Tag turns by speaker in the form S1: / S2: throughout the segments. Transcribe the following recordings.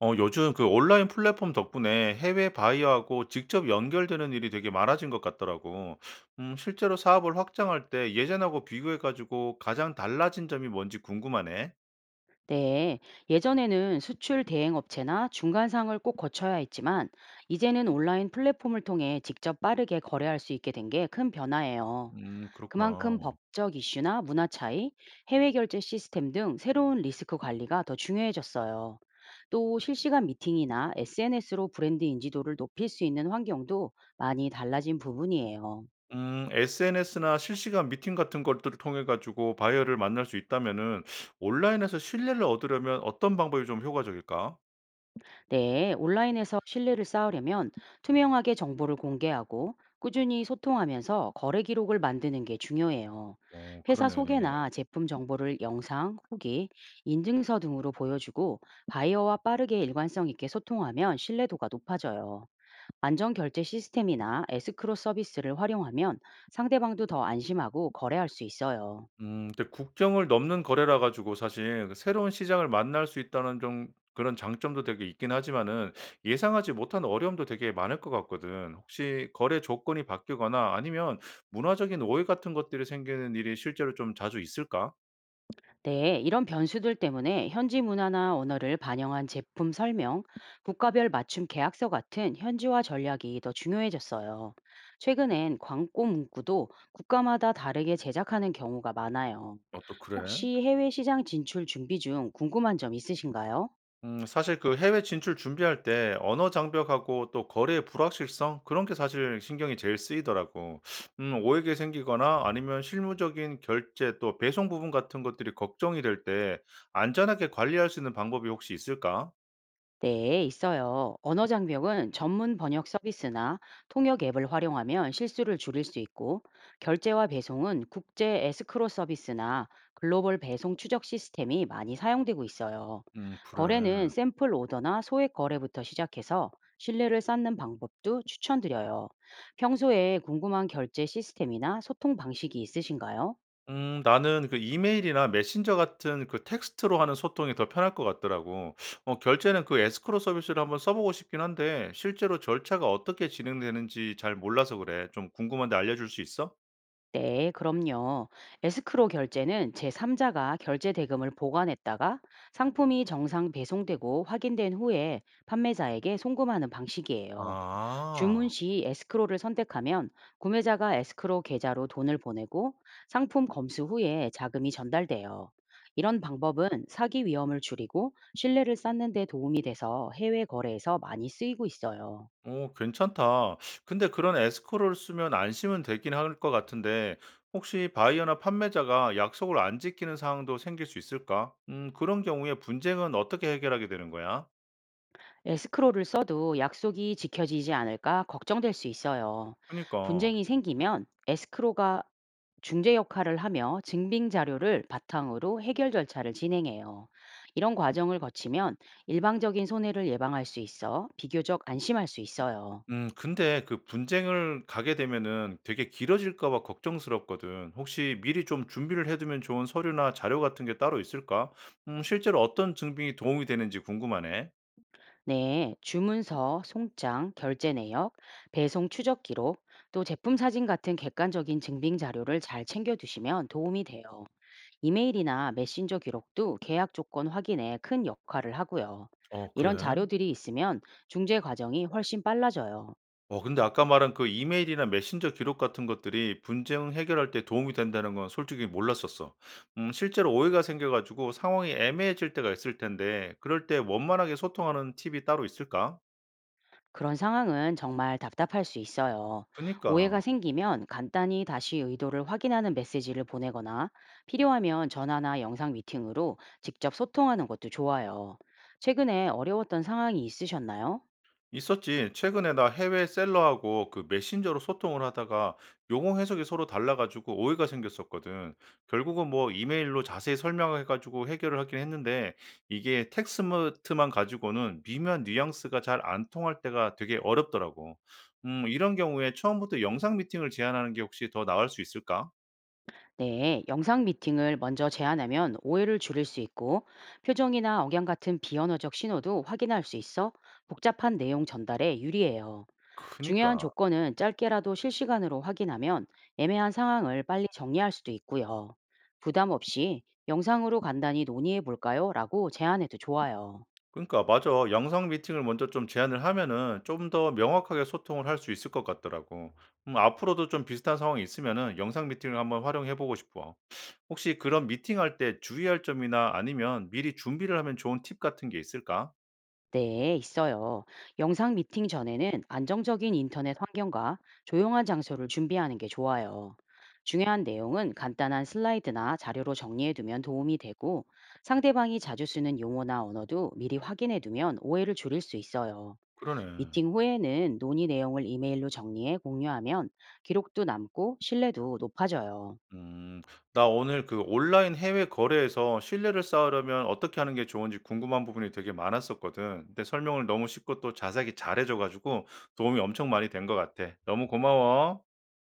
S1: 요즘 그 온라인 플랫폼 덕분에 해외 바이어하고 직접 연결되는 일이 되게 많아진 것 같더라고. 실제로 사업을 확장할 때 예전하고 비교해 가지고 가장 달라진 점이 뭔지 궁금하네.
S2: 네, 예전에는 수출 대행업체나 중간상을 꼭 거쳐야 했지만, 이제는 온라인 플랫폼을 통해 직접 빠르게 거래할 수 있게 된 게 큰 변화예요.
S1: 그렇구나.
S2: 그만큼 법적 이슈나 문화 차이, 해외 결제 시스템 등 새로운 리스크 관리가 더 중요해졌어요. 또 실시간 미팅이나 SNS로 브랜드 인지도를 높일 수 있는 환경도 많이 달라진 부분이에요.
S1: SNS나 실시간 미팅 같은 것들을 통해 가지고 바이어를 만날 수 있다면은 온라인에서 신뢰를 얻으려면 어떤 방법이 좀 효과적일까?
S2: 네, 온라인에서 신뢰를 쌓으려면 투명하게 정보를 공개하고 꾸준히 소통하면서 거래 기록을 만드는 게 중요해요.
S1: 어,
S2: 회사
S1: 그러네.
S2: 소개나 제품 정보를 영상, 후기, 인증서 등으로 보여주고 바이어와 빠르게 일관성 있게 소통하면 신뢰도가 높아져요. 안전 결제 시스템이나 에스크로 서비스를 활용하면 상대방도 더 안심하고 거래할 수 있어요.
S1: 근데 국경을 넘는 거래라 가지고 사실 새로운 시장을 만날 수 있다는 좀 그런 장점도 되게 있긴 하지만은 예상하지 못한 어려움도 되게 많을 것 같거든. 혹시 거래 조건이 바뀌거나 아니면 문화적인 오해 같은 것들이 생기는 일이 실제로 좀 자주 있을까?
S2: 네, 이런 변수들 때문에 현지 문화나 언어를 반영한 제품 설명, 국가별 맞춤 계약서 같은 현지화 전략이 더 중요해졌어요. 최근엔 광고 문구도 국가마다 다르게 제작하는 경우가 많아요.
S1: 어 또 그래?
S2: 혹시 해외 시장 진출 준비 중 궁금한 점 있으신가요?
S1: 사실 그 해외 진출 준비할 때 언어 장벽하고 또 거래의 불확실성 그런 게 사실 신경이 제일 쓰이더라고. 오해가 생기거나 아니면 실무적인 결제 또 배송 부분 같은 것들이 걱정이 될 때 안전하게 관리할 수 있는 방법이 혹시 있을까?
S2: 네, 있어요. 언어 장벽은 전문 번역 서비스나 통역 앱을 활용하면 실수를 줄일 수 있고, 결제와 배송은 국제 에스크로 서비스나 글로벌 배송 추적 시스템이 많이 사용되고 있어요.
S1: 그래.
S2: 거래는 샘플 오더나 소액 거래부터 시작해서 신뢰를 쌓는 방법도 추천드려요. 평소에 궁금한 결제 시스템이나 소통 방식이 있으신가요?
S1: 나는 그 이메일이나 메신저 같은 그 텍스트로 하는 소통이 더 편할 것 같더라고. 어, 결제는 그 에스크로 서비스를 한번 써보고 싶긴 한데, 실제로 절차가 어떻게 진행되는지 잘 몰라서 그래. 좀 궁금한데 알려줄 수 있어?
S2: 네, 그럼요. 에스크로 결제는 제3자가 결제 대금을 보관했다가 상품이 정상 배송되고 확인된 후에 판매자에게 송금하는 방식이에요. 주문
S1: 아.
S2: 시 에스크로를 선택하면 구매자가 에스크로 계좌로 돈을 보내고 상품 검수 후에 자금이 전달돼요. 이런 방법은 사기 위험을 줄이고 신뢰를 쌓는 데 도움이 돼서 해외 거래에서 많이 쓰이고 있어요.
S1: 오 괜찮다. 근데 그런 에스코를 쓰면 안심은 되긴 할 것 같은데 혹시 바이어나 판매자가 약속을 안 지키는 상황도 생길 수 있을까? 그런 경우에 분쟁은 어떻게 해결하게 되는 거야?
S2: 에스크로를 써도 약속이 지켜지지 않을까 걱정될 수 있어요.
S1: 그니까. 러
S2: 분쟁이 생기면 에스크로가 중재 역할을 하며 증빙 자료를 바탕으로 해결 절차를 진행해요. 이런 과정을 거치면 일방적인 손해를 예방할 수 있어 비교적 안심할 수 있어요.
S1: 근데 그 분쟁을 가게 되면은 되게 길어질까 봐 걱정스럽거든. 혹시 미리 좀 준비를 해 두면 좋은 서류나 자료 같은 게 따로 있을까? 실제로 어떤 증빙이 도움이 되는지 궁금하네.
S2: 네, 주문서, 송장, 결제 내역, 배송 추적 기록, 또 제품 사진 같은 객관적인 증빙 자료를 잘 챙겨두시면 도움이 돼요. 이메일이나 메신저 기록도 계약 조건 확인에 큰 역할을 하고요.
S1: 어
S2: 이런
S1: 그래?
S2: 자료들이 있으면 중재 과정이 훨씬 빨라져요.
S1: 어 근데 아까 말한 그 이메일이나 메신저 기록 같은 것들이 분쟁 해결할 때 도움이 된다는 건 솔직히 몰랐었어. 실제로 오해가 생겨 가지고 상황이 애매해질 때가 있을 텐데 그럴 때 원만하게 소통하는 팁이 따로 있을까?
S2: 그런 상황은 정말 답답할 수 있어요. 오해가
S1: 그니까.
S2: 생기면 간단히 다시 의도를 확인하는 메시지를 보내거나 필요하면 전화나 영상 미팅으로 직접 소통하는 것도 좋아요. 최근에 어려웠던 상황이 있으셨나요?
S1: 있었지. 최근에 나 해외 셀러하고 그 메신저로 소통을 하다가 용어 해석이 서로 달라가지고 오해가 생겼었거든. 결국은 뭐 이메일로 자세히 설명해가지고 해결을 하긴 했는데 이게 텍스트만 가지고는 미묘한 뉘앙스가 잘 안 통할 때가 되게 어렵더라고. 이런 경우에 처음부터 영상 미팅을 제안하는 게 혹시 더 나을 수 있을까?
S2: 네, 영상 미팅을 먼저 제안하면 오해를 줄일 수 있고 표정이나 억양 같은 비언어적 신호도 확인할 수 있어 복잡한 내용 전달에 유리해요. 중요한
S1: 그니까.
S2: 조건은 짧게라도 실시간으로 확인하면 애매한 상황을 빨리 정리할 수도 있고요. 부담 없이 영상으로 간단히 논의해 볼까요? 라고 제안해도 좋아요.
S1: 그러니까 맞아. 영상 미팅을 먼저 좀 제안을 하면은 좀 더 명확하게 소통을 할 수 있을 것 같더라고. 앞으로도 좀 비슷한 상황이 있으면은 영상 미팅을 한번 활용해 보고 싶어. 혹시 그런 미팅할 때 주의할 점이나 아니면 미리 준비를 하면 좋은 팁 같은 게 있을까?
S2: 네, 있어요. 영상 미팅 전에는 안정적인 인터넷 환경과 조용한 장소를 준비하는 게 좋아요. 중요한 내용은 간단한 슬라이드나 자료로 정리해두면 도움이 되고 상대방이 자주 쓰는 용어나 언어도 미리 확인해두면 오해를 줄일 수 있어요.
S1: 그러네.
S2: 미팅 후에는 논의 내용을 이메일로 정리해 공유하면 기록도 남고 신뢰도 높아져요.
S1: 음, 나 오늘 그 온라인 해외 거래에서 신뢰를 쌓으려면 어떻게 하는 게 좋은지 궁금한 부분이 되게 많았었거든. 근데 설명을 너무 쉽고 또 자세하게 잘해줘가지고 도움이 엄청 많이 된 것 같아. 너무 고마워.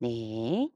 S2: 네.